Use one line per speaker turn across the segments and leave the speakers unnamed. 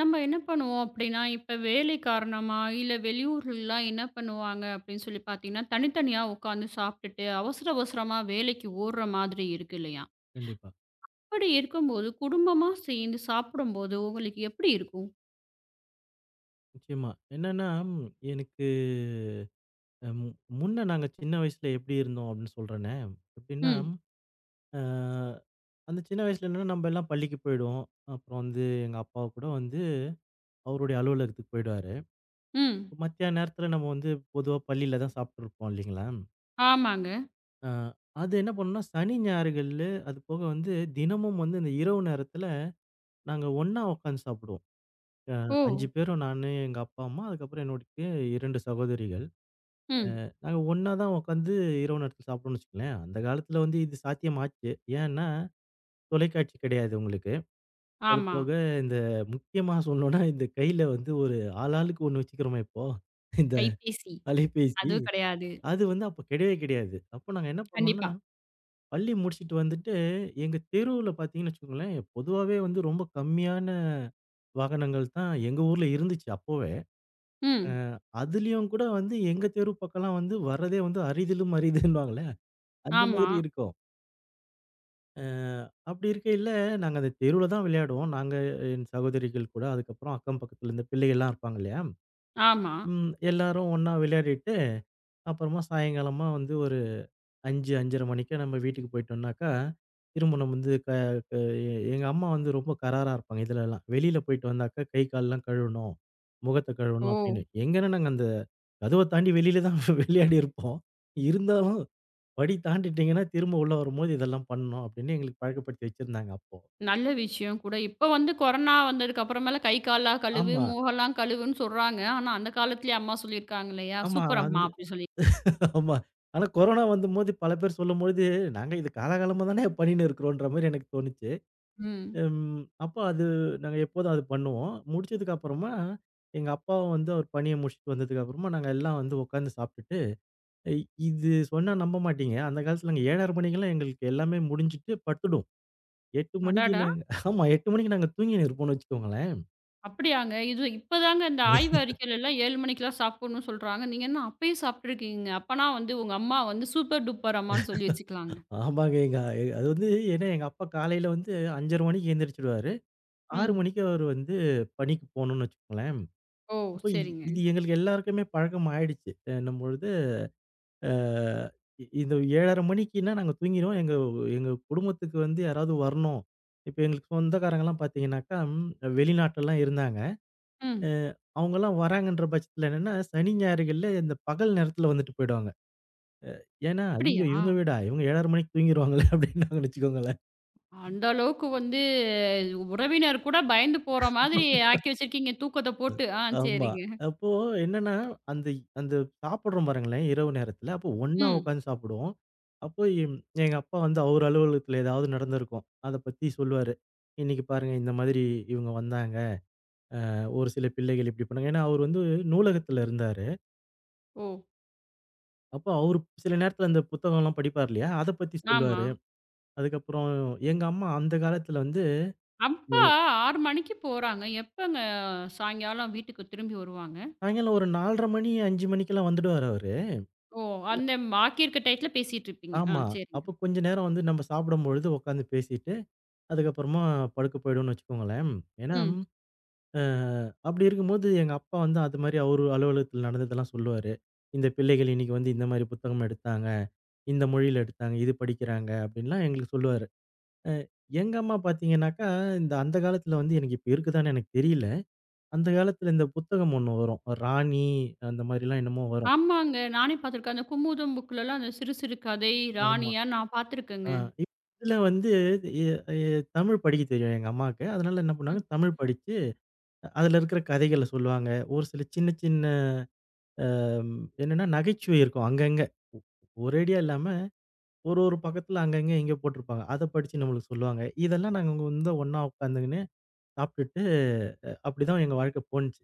நம்ம என்ன பண்ணுவோம் அப்படின்னா, இப்ப வேலை காரணமா, இல்ல வெளியூர்லலாம் என்ன பண்ணுவாங்க அப்படின்னு சொல்லி பார்த்தீங்கன்னா, தனித்தனியா உட்காந்து சாப்பிட்டுட்டு, அவசர அவசரமா வேலைக்கு ஓடுற மாதிரி இருக்கு இல்லையா?
கண்டிப்பா.
அப்படி இருக்கும்போது, குடும்பமா சேர்ந்து சாப்பிடும்போது உங்களுக்கு எப்படி இருக்கும்?
நிச்சயமா. என்னன்னா, எனக்கு ம் முன்ன நாங்க சின்ன வயசுல எப்படி இருந்தோம் அப்படின்னு சொல்றேனே. எப்படின்னா,
ம்,
அ அந்த சின்ன வயசுல என்னன்னா, நம்ம எல்லாம் பள்ளிக்கு போயிடுவோம். அப்புறம் வந்து எங்க அப்பா கூட வந்து அவருடைய அலுவலகத்துக்கு போயிடுவாரு.
ம்.
இப்போ மத்தியான நேரத்துல நம்ம வந்து பொதுவா பள்ளியில தான் சாப்பிட்டுருப்போம் இல்லைங்களா?
ஆமாங்க.
அ அது என்ன பண்ணோம்னா, சனி ஞாயிறுகள்ல அது போக வந்து தினமும் வந்து இந்த இரவு நேரத்துல நாங்க ஒண்ணா உட்காந்து சாப்பிடுவோம். அ
ஓ!
5 பேரும் நானு, எங்க அப்பா, அம்மா அதுக்கப்புறம் என்னுடைய 2 சகோதரிகள்.
ம்.
நாங்க ஒண்ணா தான் உட்காந்து இரவு நேரத்துல சாப்பிட்டோம்னு வச்சுக்கங்களேன். அந்த காலத்துல வந்து இது சாத்தியமாச்சு. ஏன்னா, தொலைக்காட்சி கிடையாது உங்களுக்கு. அது
ஆமா.
போக இந்த முக்கியமா சொல்லணும்னா, இந்த கையில வந்து ஒரு ஆளாளுக்கு ஒண்ணு வச்சுக்கிறோமே இப்போ. இந்த
கைபேசி.
அலைபேசி.
அதுவும் கிடையாது.
அது வந்து அப்ப கிடையவே கிடையாது. அப்போ நாங்க என்ன பண்ணோம்னா,
கண்டிப்பா.
பள்ளி முடிச்சுட்டு வந்துட்டு எங்க தெருவுல பார்த்தீங்கன்னு வச்சுக்கோங்களேன், பொதுவாவே வந்து ரொம்ப கம்மியான வாகனங்கள் தான் எங்க ஊர்ல இருந்துச்சு அப்போவே.
ம்.
அதுலயும் கூட வந்து எங்க தெரு பக்கம்லாம் வந்து வர்றதே வந்து அரிதிலும் அரிதுன்னுவாங்கல்ல, அந்த
ஆமா,
மாதிரி இருக்கும். அ அப்படி இருக்கையில, நாங்க அந்த தெருவுல தான் விளையாடுவோம். நாங்க, என் சகோதரிகள் கூட. அதுக்கப்புறம் அக்கம் பக்கத்துல இந்த பிள்ளைகள்லாம் இருப்பாங்க இல்லையா?
ஆமா.
எல்லாரும் ஒண்ணா விளையாடிட்டு, அப்புறமா சாயங்காலமா வந்து ஒரு 5, 5:30 மணிக்கு நம்ம வீட்டுக்கு போயிட்டோம்னாக்கா, திரும்ப நம்ம வந்து க க எ எங்க அம்மா வந்து ரொம்ப கராரா இருப்பாங்க இதுலலாம். வெளியில போயிட்டு வந்தாக்கா கை கால்லாம் கழுவணும், முகத்த
ஓ!
கழுவணும் அப்படின்னு. எங்கன நாங்க அந்த கதவ தாண்டி வெளியில தான் விளையாடி இருப்போம். இருந்தாலும், படி தாண்டிட்டீங்கன்னா திரும்ப உள்ள வரும்போது இதெல்லாம் பண்ணணும் அப்படின்னு எங்களுக்கு பழக்கப்படுத்தி வச்சிருந்தாங்க அப்போ.
நல்ல விஷயம் கூட. இப்ப வந்து கொரோனா வந்ததுக்கு அப்புறமேல கை கால்லாம் கழுவு,
ஆமா,
முகம்லாம் கழுவுன்னு சொல்றாங்க. ஆனா, அந்த காலத்திலேயே அம்மா சொல்லியிருக்காங்க இல்லையா?
ஆமா.
சூப்பர் அம்மா
அது
அப்படி சொல்லி.
ஆமா. ஆனா கொரோனா வந்தம்போது பல பேர் சொல்லும்பொழுது, நாங்க இது காலாகாலமா தானே பண்ணின்னு இருக்கிறோன்ற மாரி எனக்கு தோணுச்சு.
ம்.
அப்போ அது நாங்க எப்போதும் அது பண்ணுவோம். முடிச்சதுக்கு அப்புறமா, எங்க அப்பாவும் வந்து அவர் பணிய முடிச்சுட்டு வந்ததுக்கு அப்புறமா, நாங்க எல்லாம் வந்து உட்காந்து சாப்பிட்டுட்டு, இ இது சொன்னா நம்ப மாட்டீங்க. அந்த காலத்துல நாங்க 7:30 மணிக்கெல்லாம் எங்களுக்கு எல்லாமே முடிஞ்சுட்டு படுத்துடும். 8 மணிக்கு
அடடா!
நாங்க ஆமா 8 மணிக்கு நாங்க தூங்கின்னு இருப்போம்ன்னு வச்சுக்கோங்களேன்.
அப்படியாங்க. இது இப்பதாங்க இந்த ஆய்வு அறிக்கையிலலாம் 7 மணிக்கெல்லாம் சாப்பிடணும்னு சொல்றாங்க. நீங்க என்ன அப்பயே சாப்பிட்டுருக்கீங்க. அப்பனா வந்து உங்க அம்மா வந்து சூப்பர் டூப்பர் அம்மான்னு சொல்லி வச்சுக்கலாங்க.
ஆமாங்க. எங்க அது வந்து ஏன்னா எங்க அப்பா காலையில வந்து 5:30 மணிக்கு எந்திரிச்சுடுவாரு. 6
ம்.
மணிக்கு அவரு வந்து பணிக்கு போணும்னு வச்சுக்கோங்களேன்.
ஓ!
அப்ப
சரிங்க.
இது எங்களுக்கு எல்லாருக்குமே பழக்கம் ஆயிடுச்சு. என்னும் பொழுது அ இ இந்த 7:30 மணிக்குன்னா நாங்க தூங்கிருவோம். எங்க எங்க குடும்பத்துக்கு வந்து யாராவது வரணும். இப்ப எங்களுக்கு சொந்தக்காரங்கலாம் பார்த்தீங்கன்னாக்கா, வெளிநாட்டுலலாம் இருந்தாங்க. அ
ம்.
அவங்கலாம் வராங்கன்ற பட்சத்துல என்னன்னா, சனி, ஞாயிறுகள்ல இந்த பகல் நேரத்துல வந்துட்டு போயிடுவாங்க. ஏன்னா,
அப்படியா?
"ஐயய்யோ! இவங்க வீடா? இவங்க 7:30 மணிக்கு தூங்கிருவாங்களே" அப்படின்னாங்கன்னு வச்சுக்கோங்களேன்.
அந்த அளவுக்கு வந்து உறவினர் கூட பயந்து போற மாதிரி ஆக்கி வச்சிருக்கீங்க தூக்கத்த போட்டு. ஆ
ஆமா.
சரிங்க.
அப்போ என்னன்னா, அந்த அந்த சாப்பிடுறோம் பாருங்களேன், இரவு நேரத்துல. அப்போ ஒண்ணா
ம்.
உட்காந்து சாப்பிடுவோம். அப்போ எங்க அப்பா வந்து அவர் அலுவலகத்துல ஏதாவது நடந்திருக்கும். அத பத்தி சொல்லுவாரு. "இன்னைக்கு பாருங்க இந்த மாதிரி இவங்க வந்தாங்க. ஒரு சில பிள்ளைகள் இப்படி பண்ணாங்க." ஏன்னா அவர் வந்து நூலகத்துல இருந்தாரு.
ஓ!
அப்போ அவரு சில நேரத்துல அந்த புத்தகம்லாம் படிப்பார் இல்லையா? அத பத்தி
ஆமா.
சொல்லுவாரு. அதுக்கப்புறம் எங்க அம்மா அந்த காலத்துல வந்து
அப்பா 6 மணிக்கு போறாங்க. எப்பங்க சாயங்காலம் வீட்டுக்கு திரும்பி வருவாங்க?
சாயங்காலம் ஒரு 4:30 மணி 5 மணிக்கெல்லாம் வந்துடுவாரு அவரு.
ஓ!
இல்ல,
அந்த பாக்கியிருக்க டயத்துல பேசிட்டு இருப்பீங்க. ஆ
ஆமா.
சரிங்க.
அப்போ கொஞ்ச நேரம் வந்து நம்ம சாப்பிடும்பொழுது உட்காந்து பேசிட்டு அதுக்கப்புறமா படுக்க போயிடும்னு வச்சுக்கோங்களேன். ஏன்னா,
ம்.
அ அப்படி இருக்கும்போது எங்க அப்பா வந்து அது மாரி அவரு அலுவலகத்துல நடந்ததெல்லாம் சொல்லுவாரு. இந்த பிள்ளைகள் இன்னைக்கு வந்து இந்த மாரி புத்தகம் எடுத்தாங்க, இந்த மொழியில எடுத்தாங்க, இது படிக்கிறாங்க அப்படின்லாம் எங்களுக்கு சொல்லுவாரு. அ எங்க அம்மா பார்த்தீங்கன்னாக்கா, அந்த காலத்துல வந்து எனக்கு இப்ப இருக்குதான்னு எனக்கு தெரியல. அந்த காலத்துல இந்த புத்தகம் ஒண்ணு வரும். ராணி அந்த மாரிலாம் என்னமோ வரும்.
ஆமாங்க. நானே பார்த்துருக்கேன். அந்த குமுதம் புக்லலாம் அந்த சிறு சிறு கதை,
ஆமா.
ராணியா நான்
ஆ
பார்த்துருக்கேங்க.
இதுல வந்து எ எ தமிழ் படிக்க தெரியும் எங்க அம்மாக்கு. அதனால என்ன பண்ணாங்க,
ம்.
தமிழ் படிச்சு அதுல இருக்கிற கதைகள சொல்லுவாங்க. ஒரு சில சின்ன சின்ன அம் என்னன்னா நகைச்சுவை இருக்கும் அங்கங்க. ஒரேடியா இல்லாம ஒரு ஒரு பக்கத்துல அங்கங்க எங்கேயோ போட்டிருப்பாங்க. அத படிச்சு நம்மளுக்கு சொல்லுவாங்க. இதெல்லாம் நாங்க வந்து ஒண்ணா உட்காந்துங்கன்னு சாப்பிட்டுட்டு அப்படிதான் எங்க வாழ்க்கை போணுச்சு.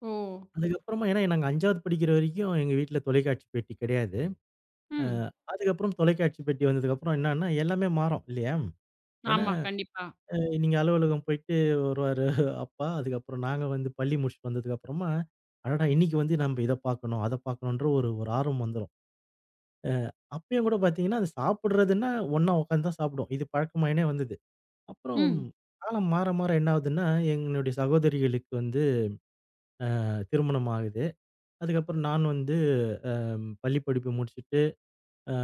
ஓ!
அதுக்கப்புறமா ஏன்னா நாங்க 5வது படிக்கிற வரைக்கும் எங்க வீட்ல தொலைக்காட்சி பெட்டி கிடையாது. அ
ம்.
அதுக்கப்புறம் தொலைக்காட்சி பெட்டி வந்ததுக்கப்புறம் என்னன்னா எல்லாமே மாறும் இல்லையா? ஏன்னா
ஆமா. கண்டிப்பா.
அ நீங்க அலுவலகம் போயிட்டு வருவாரு அப்பா. அதுக்கப்புறம் நாங்க வந்து பள்ளி முடிச்சுட்டு வந்ததுக்கப்புறமா, அடடா! இன்னைக்கு வந்து நம்ம இத பார்க்கணும், அத பார்க்கணுன்ற ஒரு ஒரு ஆர்வம் வந்துரும். அப்பயும் கூட பார்த்தீங்கன்னா, அது சாப்பிடுறதுன்னா ஒண்ணா உட்காந்து தான் சாப்பிடுவோம். இது பழக்கமாயினே வந்தது. அப்புறம்
ம்.
காலம் மாற மாற என்ன ஆகுதுன்னா, எங்களுடைய சகோதரிகளுக்கு வந்து திருமணம் ஆகுது. அதுக்கப்புறம் நான் வந்து பள்ளி படிப்பு முடிச்சுட்டு, அ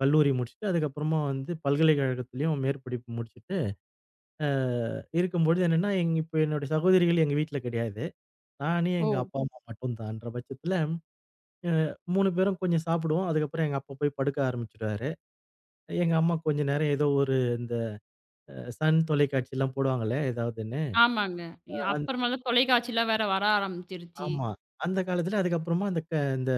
கல்லூரி முடிச்சுட்டு, அதுக்கப்புறமா வந்து பல்கலைக்கழகத்திலயும் மேற்படிப்பு முடிச்சுட்டு, அ இருக்கும்பொழுது என்னன்னா, இப்ப என்னுடைய சகோதரிகள் எங்க வீட்ல கிடையாது. நானு,
ஓ!
எங்க அப்பா, அம்மா மட்டும்தான்ற பட்சத்துல, அ 3 பேரும் கொஞ்சம் சாப்பிடுவோம். அதுக்கப்புறம் எங்க அப்பா போய் படுக்க ஆரம்பிச்சுருவாரு. எங்க அம்மா கொஞ்ச நேரம் ஏதோ ஒரு இந்த சன் தொலைக்காட்சிலாம் போடுவாங்கல்ல, ஏதாவதுன்னு.
ஆமாங்க. இ-
அந்
அப்புறமா தான் தொலைக்காட்சிலாம் வேற வர ஆரம்பிச்சிருச்சு.
ஆமா. அந்த காலத்துல அதுக்கப்புறமா அந்த இந்த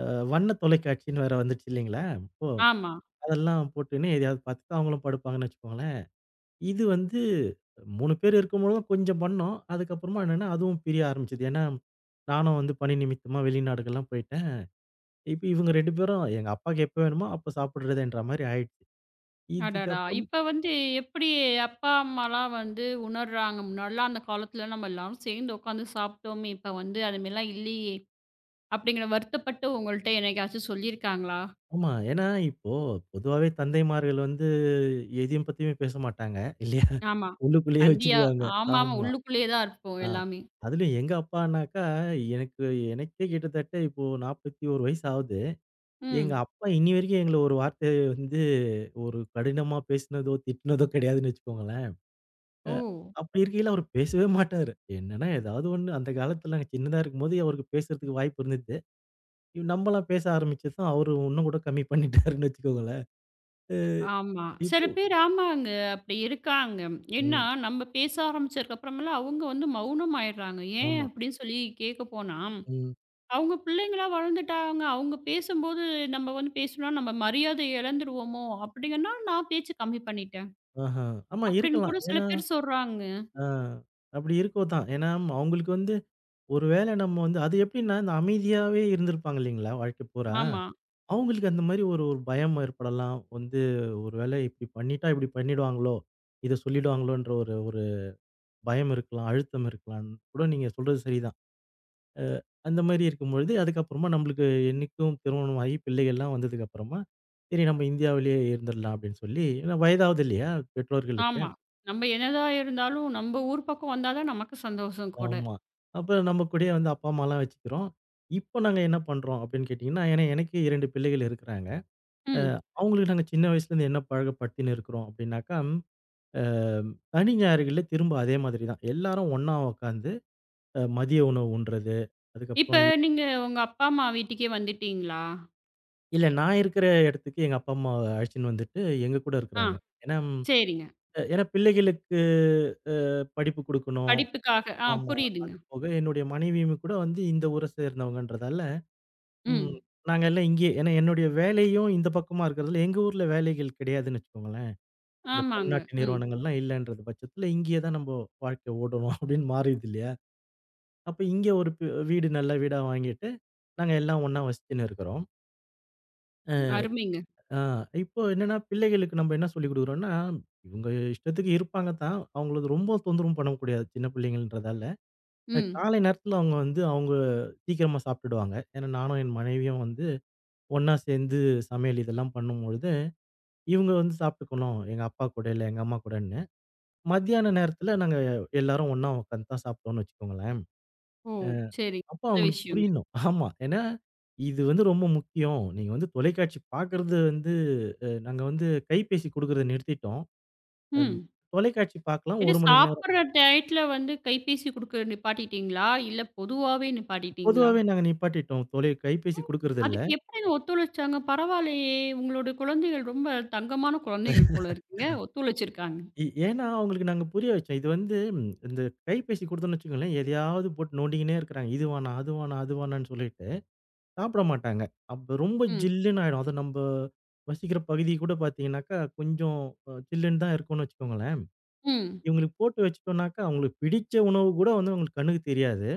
அ வண்ண தொலைக்காட்சின்னு வேற வந்துடுச்சு இல்லைங்களா, இப்போ.
ஆமா.
அதெல்லாம் போட்டுன்னு எதையாவது பார்த்துட்டு அவங்களும் படுப்பாங்கன்னு வச்சுக்கோங்களேன். இது வந்து 3 பேர் இருக்கும்பொழுதும் கொஞ்சம் பண்ணோம். அதுக்கப்புறமா என்னன்னா, அதுவும் பிரிய ஆரம்பிச்சது. ஏன்னா, நானும் வந்து பணி நிமித்தமா வெளிநாடுகள்லாம் போயிட்டேன். இப்ப இவங்க 2 பேரும் எங்க அப்பாக்கு எப்ப வேணுமோ அப்ப சாப்பிடுறதுன்ற மாரி ஆயிடுச்சு.
அடடா!
இதுக்கப்புறம்
இப்ப வந்து எப்படி அப்பா, அம்மாலாம் வந்து உணர்றாங்க? முன்னாடிலாம் அந்த காலத்துல நம்ம எல்லாரும் சேர்ந்து உட்காந்து சாப்பிட்டோமே! இப்ப வந்து அது மாரிலாம் இல்லையே! அப்படிங்கிற வருத்தப்பட்டு உங்கள்ட்ட என்னைக்காச்சும் சொல்லியிருக்காங்களா?
ஆமா. ஏன்னா இப்போ பொதுவாவே தந்தைமார்கள் வந்து எதையும் பத்தியுமே பேச மாட்டாங்க. இல்லையா?
ஆமா.
உள்ளுக்குள்ளேயே
தந்தியா
வச்சுக்குவாங்க.
ஆமாமா.
ஆமா.
உள்ளுக்குள்ளேயே தான் இருப்போம்
ஆ.
எல்லாமே.
அதுலயும் எங்க அப்பானாக்கா எனக்கு எனக்கே கிட்டத்தட்ட இப்போ 41 வயசு ஆகுது. எங்க
ம்.
அப்பா இன்னி வரைக்கும் எங்கள ஒரு வார்த்தை வந்து ஒரு கடினமா பேசினதோ, திட்டினதோ கிடையாதுன்னு வச்சுக்கோங்களேன்.
ஓ!
அப்படி இருக்கையில அவர் பேசவே மாட்டாரு. என்னன்னா ஏதாவது ஒண்ணு அந்த காலத்துல நாங்க சின்னதா இருக்கும்போது அவருக்கு பேசுறதுக்கு வாய்ப்பு இருந்தது. நம்மலாம் பேச ஆரம்பிச்சது தான் அவரு இன்னும் கூட கம்மி பண்ணிட்டாருன்னு வச்சுக்கோங்களேன்.
ஆமா. சில
இப்போ
பேர் ஆமாங்க. அப்படி இருக்காங்க. ஏன்னா,
ம்.
நம்ம பேச ஆரம்பிச்சதுக்கப்புறமெல்லாம் அவங்க வந்து மௌனம் ஆயிடுறாங்க. ஏன்
ஆமா.
அப்படின்னு சொல்லி கேட்க போனா
ம்.
அவங்க பிள்ளைங்களா வளர்ந்துட்டாங்க. அவங்க பேசும்போது நம்ம வந்து பேசுனா, நம்ம மரியாதை இழந்துருவோமோ! அப்படிங்கன்னா, நான் பேச்சு கம்மி பண்ணிட்டேன்.
ஆஹ. ஆமா
அப்படின்னு
இருக்கலாம்.
கூட சில
ஏன்னா
பேர் சொல்றாங்க.
ஆ அப்படி இருக்கவும் தான். ஏன்னா அவங்களுக்கு வந்து ஒரு வேளை நம்ம வந்து அது எப்படின்னா இந்த அமைதியாவே இருந்திருப்பாங்க இல்லைங்களா? வாழ்க்கை பூரா.
ஆமா,
அவங்களுக்கு அந்த மாரி ஒரு ஒரு பயம் ஏற்படலாம். வந்து ஒரு வேளை இப்படி பண்ணிட்டா இப்படி பண்ணிடுவாங்களோ? இத சொல்லிடுவாங்களோன்ற ஒரு ஒரு பயம் இருக்கலாம். அழுத்தம் இருக்கலாம்ன்னு கூட நீங்க சொல்றது சரிதான். அந்த மாரி இருக்கும்பொழுது, அதுக்கப்புறமா நம்மளுக்கு என்னைக்கும் திருமணம் ஆகி பிள்ளைகள்லாம் வந்ததுக்கு அப்புறமா, சரி நம்ம இந்தியாவிலேயே இருந்துடலாம் அப்படின்னு சொல்லி, ஏன்னா வயதாகுது இல்லையா பெற்றோர்களுக்கு?
ஆமா. நம்ம என்னதான் இருந்தாலும், நம்ம ஊர் பக்கம் வந்தா தான் நமக்கு சந்தோஷம் கூட.
ஆமா. அப்ப நம்ம கூடயே வந்து அப்பா, அம்மாலாம் வச்சுக்கிறோம். இப்போ நாங்க என்ன பண்றோம் அப்படின்னு கேட்டிங்கன்னா, ஏன்னா எனக்கே 2 பிள்ளைகள் இருக்கிறாங்க. அ
ம்.
அவங்களுக்கு நாங்க சின்ன வயசுலேருந்து என்ன பழக்கப்படுத்தின்னு இருக்கிறோம் அப்படின்னாக்கா, அ சனி ஞாயிறுகள்ல திரும்ப அதே மாதிரி தான். எல்லாரும் ஒண்ணா உட்காந்து மதிய உணவு உண்றது,
இப்ப
அதுக்கப்புறம்
நீங்க உங்க அப்பா, அம்மா வீட்டுக்கே வந்துட்டீங்களா?
இல்ல நான் இருக்கிற இடத்துக்கு எங்க அப்பா, அம்மாவ அழைச்சுன்னு வந்துட்டு எங்க கூட
ஆ,
இருக்கிறாங்க. ஏன்னா
சரிங்க.
ஏன்னா பிள்ளைகளுக்கு அ படிப்பு குடுக்கணும்.
படிப்புக்காக ஆ
ஆமா.
புரியுதுங்க.
அது போக என்னுடைய மனைவியும் கூட வந்து இந்த ஊர சேர்ந்தவங்கன்றதால, ம்
ம்.
நாங்க எல்லாம் இங்கேயே ஏன்னா என்னுடைய வேலையும் இந்த பக்கமா இருக்கிறதால, எங்க ஊர்ல வேலைகள் கிடையாதுன்னு வச்சுக்கோங்களேன். இந்த
ஆமாங்க.
பன்னாட்டு
ம்.
நிறுவனங்கள்லாம் இல்லன்றது பட்சத்துல, இங்கேயே தான் நம்ப வாழ்க்கை ஓடணும் அப்படின்னு மாறிடுது இல்லையா? அப்ப இங்க ஒரு வீடு நல்ல வீடா வாங்கிட்டு, நாங்க எல்லாம் ஒண்ணா வசிச்சுன்னு இருக்கிறோம்.
அருமைங்க.
ஆ, இப்போ என்னன்னா, பிள்ளைகளுக்கு நம்ம என்ன சொல்லிக் குடுக்குறோம்னா, இவங்க இஷ்டத்துக்கு இருப்பாங்க தான். அவங்கள ரொம்ப தொந்தரவும் பண்ணக்கூடாது. சின்ன பிள்ளைங்கன்றதால.
ம்.
காலை நேரத்தில அவங்க வந்து அவங்க சீக்கிரமா சாப்பிட்டுடுவாங்க. ஏன்னா, நானும் என் மனைவியும் வந்து ஒண்ணா சேர்ந்து சமையல் இதெல்லாம் பண்ணும்பொழுது, இவங்க வந்து சாப்பிட்டுக்கணும். எங்க அப்பா கூட, இல்ல எங்க அம்மா கூடன்னு. மத்தியான நேரத்தில நாங்க எல்லாரும் ஒண்ணா உட்காந்து தான் சாப்பிட்டோம்னு வச்சுக்கோங்களேன்.
ஓ!
அ
சரிங்க.
அப்போ
நல்ல
அவங்களுக்கு
விஷயங்க.
புரியணும். ஆமா. ஏன்னா, இது வந்து ரொம்ப முக்கியம். நீங்க வந்து தொலைக்காட்சி பார்க்கறது வந்து நாங்க வந்து கைபேசி குடுக்கறத நிறுத்திட்டோம். ம்.
ம்.
தொலைக்காட்சி பார்க்கலாம்
இது
1 மணி நேரம்.
சாப்பிடுற டயத்துல வந்து கைபேசி குடுக்க நிப்பாட்டிட்டீங்களா? இல்ல பொதுவாவே நிப்பாட்டிட்டீங்களா?
பொதுவாவே நாங்க நிப்பாட்டிட்டோம். தொலை கைபேசி குடுக்குறதில்ல.
அதுக்கு எப்படிங்க ஒத்துழைச்சாங்க? பரவாயில்லையே! உங்களோட குழந்தைகள் ரொம்ப தங்கமான குழந்தைகள் போல இருக்குங்க. ஒத்துழைச்சிருக்காங்க.
ஏன்னா அவங்களுக்கு நாங்க புரிய வச்சோம். இது வந்து ம், இந்த கைபேசி குடுத்தோம்னு வச்சுக்கோங்களேன், எதையாவது போட்டு நோண்டிக்கின்னே இருக்கிறாங்க. இது வேணாம், அது வேணாம், அது வேணாம்ன்னு சொல்லிட்டு சாப்பிட மாட்டாங்க. அப்ப ரொம்ப
ம்,
ஜில்லுன்னு ஆயிடும். அதுவும் நம்ப வசிக்கிற பகுதி கூட பார்த்தீங்கன்னாக்கா, கொஞ்சம் சில்லுன்னு தான் இருக்கும்னு வச்சுக்கோங்களேன்.
ம்.
இவங்களுக்கு போட்டு வச்சுட்டோம்னாக்கா, அவங்களுக்கு பிடிச்ச உணவு கூட வந்து அவங்களுக்கு கண்ணுக்கு தெரியாது.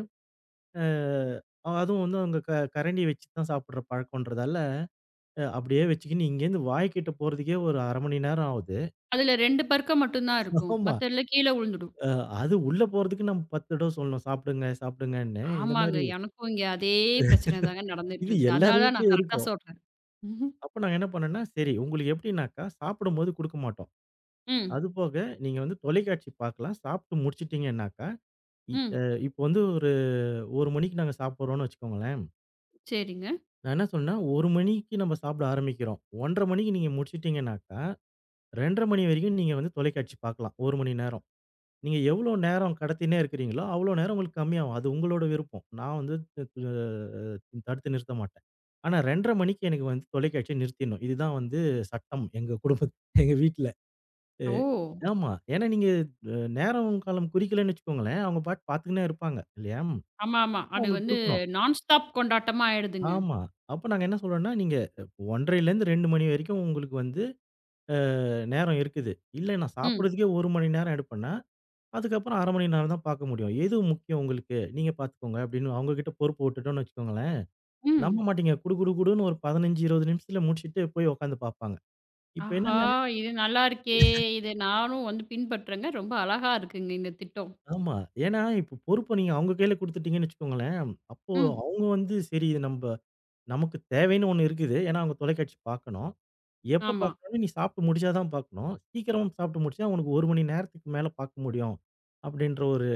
அ அதுவும் வந்து அவங்க கரண்டி வச்சு தான் சாப்பிடுற பழக்கம்ன்றதால அப்படியே வச்சுக்கின்னு இங்கேருந்து வாய்க்கிட்ட போறதுக்கே ஒரு 1/2 மணி நேரம் ஆகுது.
அதுல 2 பருக்க மட்டும் தான் இருக்கும்.
ஆமா.
மத்ததுல கீழ விழுந்துடும்.
அ அது உள்ள போறதுக்கு நம்ம 10 தடவ சொல்லணும். சாப்பிடுங்க, சாப்பிடுங்கன்னு. இந்த
ஆமாங்க.
மாரி
எனக்கும் இங்க அதே பிரச்சனை தாங்க நடந்துட்டு
இது
இருக்கு.
எல்லார்
அதனால தான் நான்
வீட்லயும்
கரெக்ட்டா
இருக்கும்.
சொல்றேன். ம்ஹும்.
அப்ப நாங்க என்ன பண்ணோம்னா, சரி உங்களுக்கு எப்படின்னாக்கா, சாப்பிடும்போது குடுக்க மாட்டோம்.
ம்,
அதுபோக நீங்க வந்து தொலைக்காட்சி பார்க்கலாம். சாப்பிட்டு முடிச்சுட்டீங்கன்னாக்கா, இ
ம்.
அ இப்போ வந்து ஒரு 1 மணிக்கு நாங்க சாப்பிடுறோம்னு வச்சுக்கோங்களேன்.
சரிங்க.
நான் என்ன சொன்னேன்னா, 1 மணிக்கு நம்ம சாப்பிட ஆரம்பிக்கிறோம். 1:30 மணிக்கு நீங்க முடிச்சுட்டீங்கன்னாக்கா, 2:30 மணி வரைக்கும் நீங்க வந்து தொலைக்காட்சி பார்க்கலாம். 1 மணி நேரம். நீங்க எவ்வளோ நேரம் கடத்தினே இருக்கிறீங்களோ, அவ்வளோ நேரம் உங்களுக்கு கம்மியாகும். அது உங்களோட விருப்பம். நான் வந்து த த தடுத்து நிறுத்த மாட்டேன். ஆனா 2:30 மணிக்கு எனக்கு வந்து தொலைக்காட்சிய நிறுத்திடணும். இதுதான் வந்து சட்டம் எங்க வீட்ல. அ
ஓ!
ஆமா. ஏன்னா நீங்க நேரம் காலம் குறிக்கலன்னு வச்சுக்கோங்களேன், அவங்க பாட்டு பார்த்துக்கின்னே இருப்பாங்க இல்லையா?
ஆமாமா.
அப்ப
அது
அவங்களுக்கு
வந்து
குடுக்கணும்.
நான் ஸ்டாப் கொண்டாட்டமா ஆயிடுதுங்க.
ஆமா. அப்ப நாங்க என்ன சொல்றோம்னா, நீங்க 1:30லேருந்து 2:00 மணி வரைக்கும் உங்களுக்கு வந்து நேரம் இருக்குது. இல்ல நான்
ம்,
சாப்பிடுறதுக்கே 1 மணி நேரம் எடுப்பேன்னா அதுக்கப்புறம் 1/2 மணி நேரம் தான் பார்க்க முடியும். எது முக்கியம் உங்களுக்கு? நீங்க பார்த்துக்கோங்க அப்படின்னு அவங்க கிட்ட பொறுப்ப விட்டுட்டோம்னு வச்சுக்கோங்களேன், நம்ப
ம்.
மாட்டீங்க. குடு குடு குடுன்னு ஒரு 15, 20 நிமிஷத்துல முடிச்சுட்டு போய் உட்காந்து பார்ப்பாங்க. இப்ப
ஆஹா!
என்னன்னா
இது நல்லா இருக்கே! இது நானும் வந்து பின்பற்றேங்க. ரொம்ப அழகா இருக்குங்க இந்த திட்டம்.
ஆமா. ஏன்னா இப்ப பொறுப்ப நீங்க அவங்க கையில குடுத்துட்டீங்கன்னு வச்சுக்கோங்களேன், அப்போ
ம்.
அவங்க வந்து சரி இது நம்ப நமக்கு தேவைன்னு ஒண்ணு இருக்குது. ஏன்னா அவங்க தொலைக்காட்சி பார்க்கணும். எப்ப
ஆமா,
பார்க்கணும்னா நீ சாப்பிட்டு முடிச்சா தான் பார்க்கணும். சீக்கிரம் சாப்பிட்டு முடிச்சா உனக்கு 1 மணி நேரத்துக்கு மேல பார்க்க முடியும். அப்படின்ற ஒரு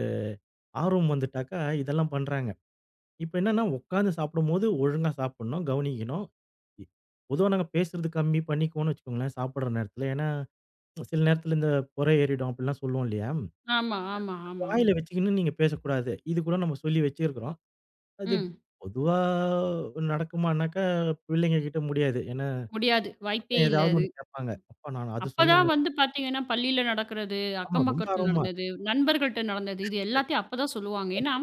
ஆர்வம் வந்துட்டாக்கா இதெல்லாம் பண்றாங்க. இப்ப என்னன்னா, உட்காந்து சாப்பிடும்போது ஒழுங்கா சாப்பிடணும், கவனிக்கணும். இ பொதுவா நாங்க பேசுறது கம்மி பண்ணிக்குவோம்னு வச்சுக்கோங்களேன், சாப்பிடுற நேரத்துல. ஏன்னா, சில நேரத்துல இந்த புரை ஏறிடும் அப்படிலாம் சொல்லுவோம் இல்லையா?
ஆமா, ஆமா, ஆமா.
வாயில வச்சுக்கின்னு நீங்க பேசக்கூடாது. இது கூட நம்ம சொல்லி வச்சிருக்கிறோம். அது
ம்.
பொதுவா நடக்குமானாக்கா, பிள்ளைங்க கிட்ட முடியாது. ஏன்னா,
முடியாது. வாய்ப்பே இல்ல
ஏதாவது
அது.
ஒண்ணு கேட்பாங்க. "அப்பா நான் அது
அப்பதான்
சொன்னேனே."
வந்து பார்த்தீங்கன்னா, பள்ளியில நடக்கிறது,
ஆமா,
அக்கம்
ரொம்ப
பக்கத்துல
ஆர்வமா.
நடந்தது, நண்பர்கள்ட்ட நடந்தது, இது எல்லாத்தையும் அப்பதான் சொல்லுவாங்க. ஏன்னா,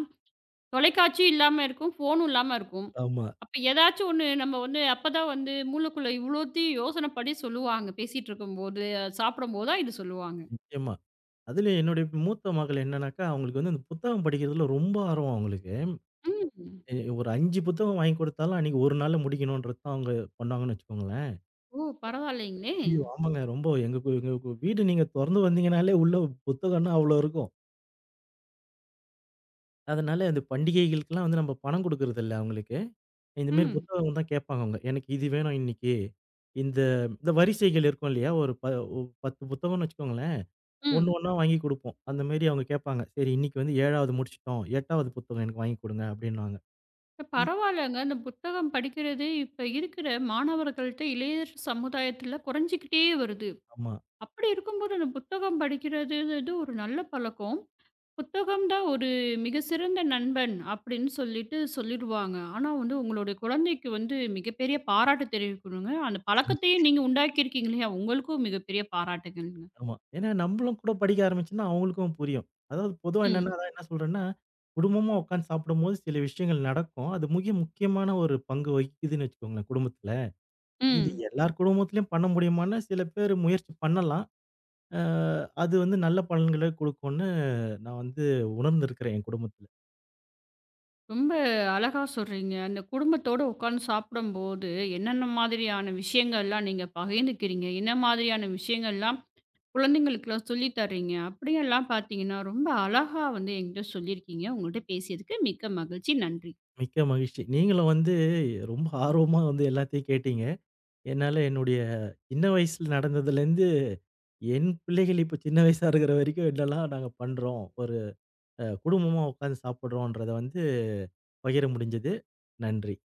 தொலைக்காட்சி இல்லாம இருக்கும், ஃபோனும் இல்லாம இருக்கும்.
ஆமா,
அப்ப ஏதாச்சும் ஒண்ணு நம்ம வந்து அப்பதான் வந்து மூளைக்குள்ள இவ்வளோத்தையும் யோசனை பண்ணி சொல்லுவாங்க. பேசிட்டு இருக்கும்போது, சாப்பிடும்போது தான் இது சொல்லுவாங்க.
நிச்சயமா. அதுலயும் என்னுடைய மூத்த மகள் என்னன்னாக்கா, அவங்களுக்கு வந்து அந்த புத்தகம் படிக்கிறதுல ரொம்ப ஆர்வம் அவங்களுக்கு.
ம்.
எ ஒரு 5 புத்தகம் வாங்கி குடுத்தாலும், அன்னைக்கு ஒரு நாள்ல முடிக்கணுன்றது தான் அவங்க பண்ணுவாங்கன்னு வச்சுக்கோங்களேன்.
ஓ! பரவாயில்லைங்களே!
ஐயய்யோ! ஆமாங்க. ரொம்ப எங்க வீடு நீங்க தொறந்து வந்தீங்கனாலே, உள்ள புத்தகம்னா அவ்ளோ இருக்கும். அதனால அந்த பண்டிகைகளுக்கெல்லாம் வந்து நம்ம பணம் குடுக்குறதில்ல அவங்களுக்கு. இந்த மாரி
ம்,
புத்தகம் தான் கேட்பாங்க அவங்க. எனக்கு இது வேணும் இன்னைக்கு. இந்த இந்த வரிசைகள் இருக்கும் இல்லையா? ஒரு ப ஒ 10 புத்தகம்னு வச்சுக்கோங்களேன். ஒண்ணு
ம்.
ஒண்ணா வாங்கி குடுப்போம். அந்த மாரி அவங்க கேட்பாங்க. சரி இன்னைக்கு வந்து 7வது முடிச்சுட்டோம். 8வது புத்தகம் எனக்கு வாங்கி குடுங்க அப்படின்னுவாங்க. இ
பரவாயில்லங்க. அந்த புத்தகம் படிக்கிறது இப்ப இருக்கிற மாணவர்கள்ட்ட, இளைய சமுதாயத்துல குறைஞ்சுக்கிட்டே வருது.
ஆமா.
அப்படி இருக்கும்போது அந்த புத்தகம் படிக்கிறதுங்கிறது ஒரு நல்ல பழக்கம். புத்தகம் தான் ஒரு மிக சிறந்த நண்பன் அப்படின்னு சொல்லிட்டு சொல்லிடுவாங்க. ஆனா வந்து உங்களுடைய குழந்தைக்கு வந்து மிகப்பெரிய பாராட்டு தெரிவிக்கணுங்க. அந்த பழக்கத்தையும் நீங்க உண்டாக்கியிருக்கீங்க இல்லையா? உங்களுக்கும் மிகப்பெரிய பாராட்டுகள்ங்க.
ஆமா. ஏன்னா நம்பளும் கூட படிக்க ஆரம்பிச்சோம்னா, அவங்களுக்கும் புரியும். அதாவது பொதுவா என்னன்னா, ம்.
ம்.
அதான் என்ன சொல்றேன்னா, குடும்பமா உட்காந்து சாப்பிடும்போது சில விஷயங்கள் நடக்கும். அது மிக முக்கியமான ஒரு பங்கு வகிக்குதுன்னு வச்சுக்கோங்களேன் குடும்பத்துல. இது
ம்.
எல்லார் குடும்பத்திலயும் பண்ண முடியுமான்னா, சில பேர் முயற்சி பண்ணலாம். அ அது வந்து நல்ல பலன்கள குடுக்கும்னு நான் வந்து உணர்ந்திருக்கிறேன் என் குடும்பத்துல.
ரொம்ப அழகா சொல்றீங்க. அந்த குடும்பத்தோட உட்கார்ந்து சாப்பிடும்போது, என்னென்ன மாதிரியான விஷயங்கள்லாம் நீங்க பகிர்ந்துக்கிறீங்க? என்ன மாதிரியான விஷயங்கள்லாம் குழந்தைங்களுக்குலாம் சொல்லி தர்றீங்க? அப்படியெல்லாம் பார்த்தீங்கன்னா, ரொம்ப அழகா வந்து என்கிட்ட சொல்லியிருக்கீங்க. உங்கள்ட்ட பேசியதுக்கு மிக்க மகிழ்ச்சி. நன்றி.
மிக்க மகிழ்ச்சி. நீங்களும் வந்து ரொம்ப ஆர்வமா வந்து எல்லாத்தையும் கேட்டீங்க. என்னால என்னுடைய சின்ன வயசுல நடந்ததுலேருந்து, என் பிள்ளைகள் இப்ப சின்ன வயசா இருக்கிற வரைக்கும் என்னெல்லாம் நாங்க பண்றோம். ஒரு குடும்பமா உட்காந்து சாப்பிடுறோன்றத வந்து பகிர முடிஞ்சது. நன்றி.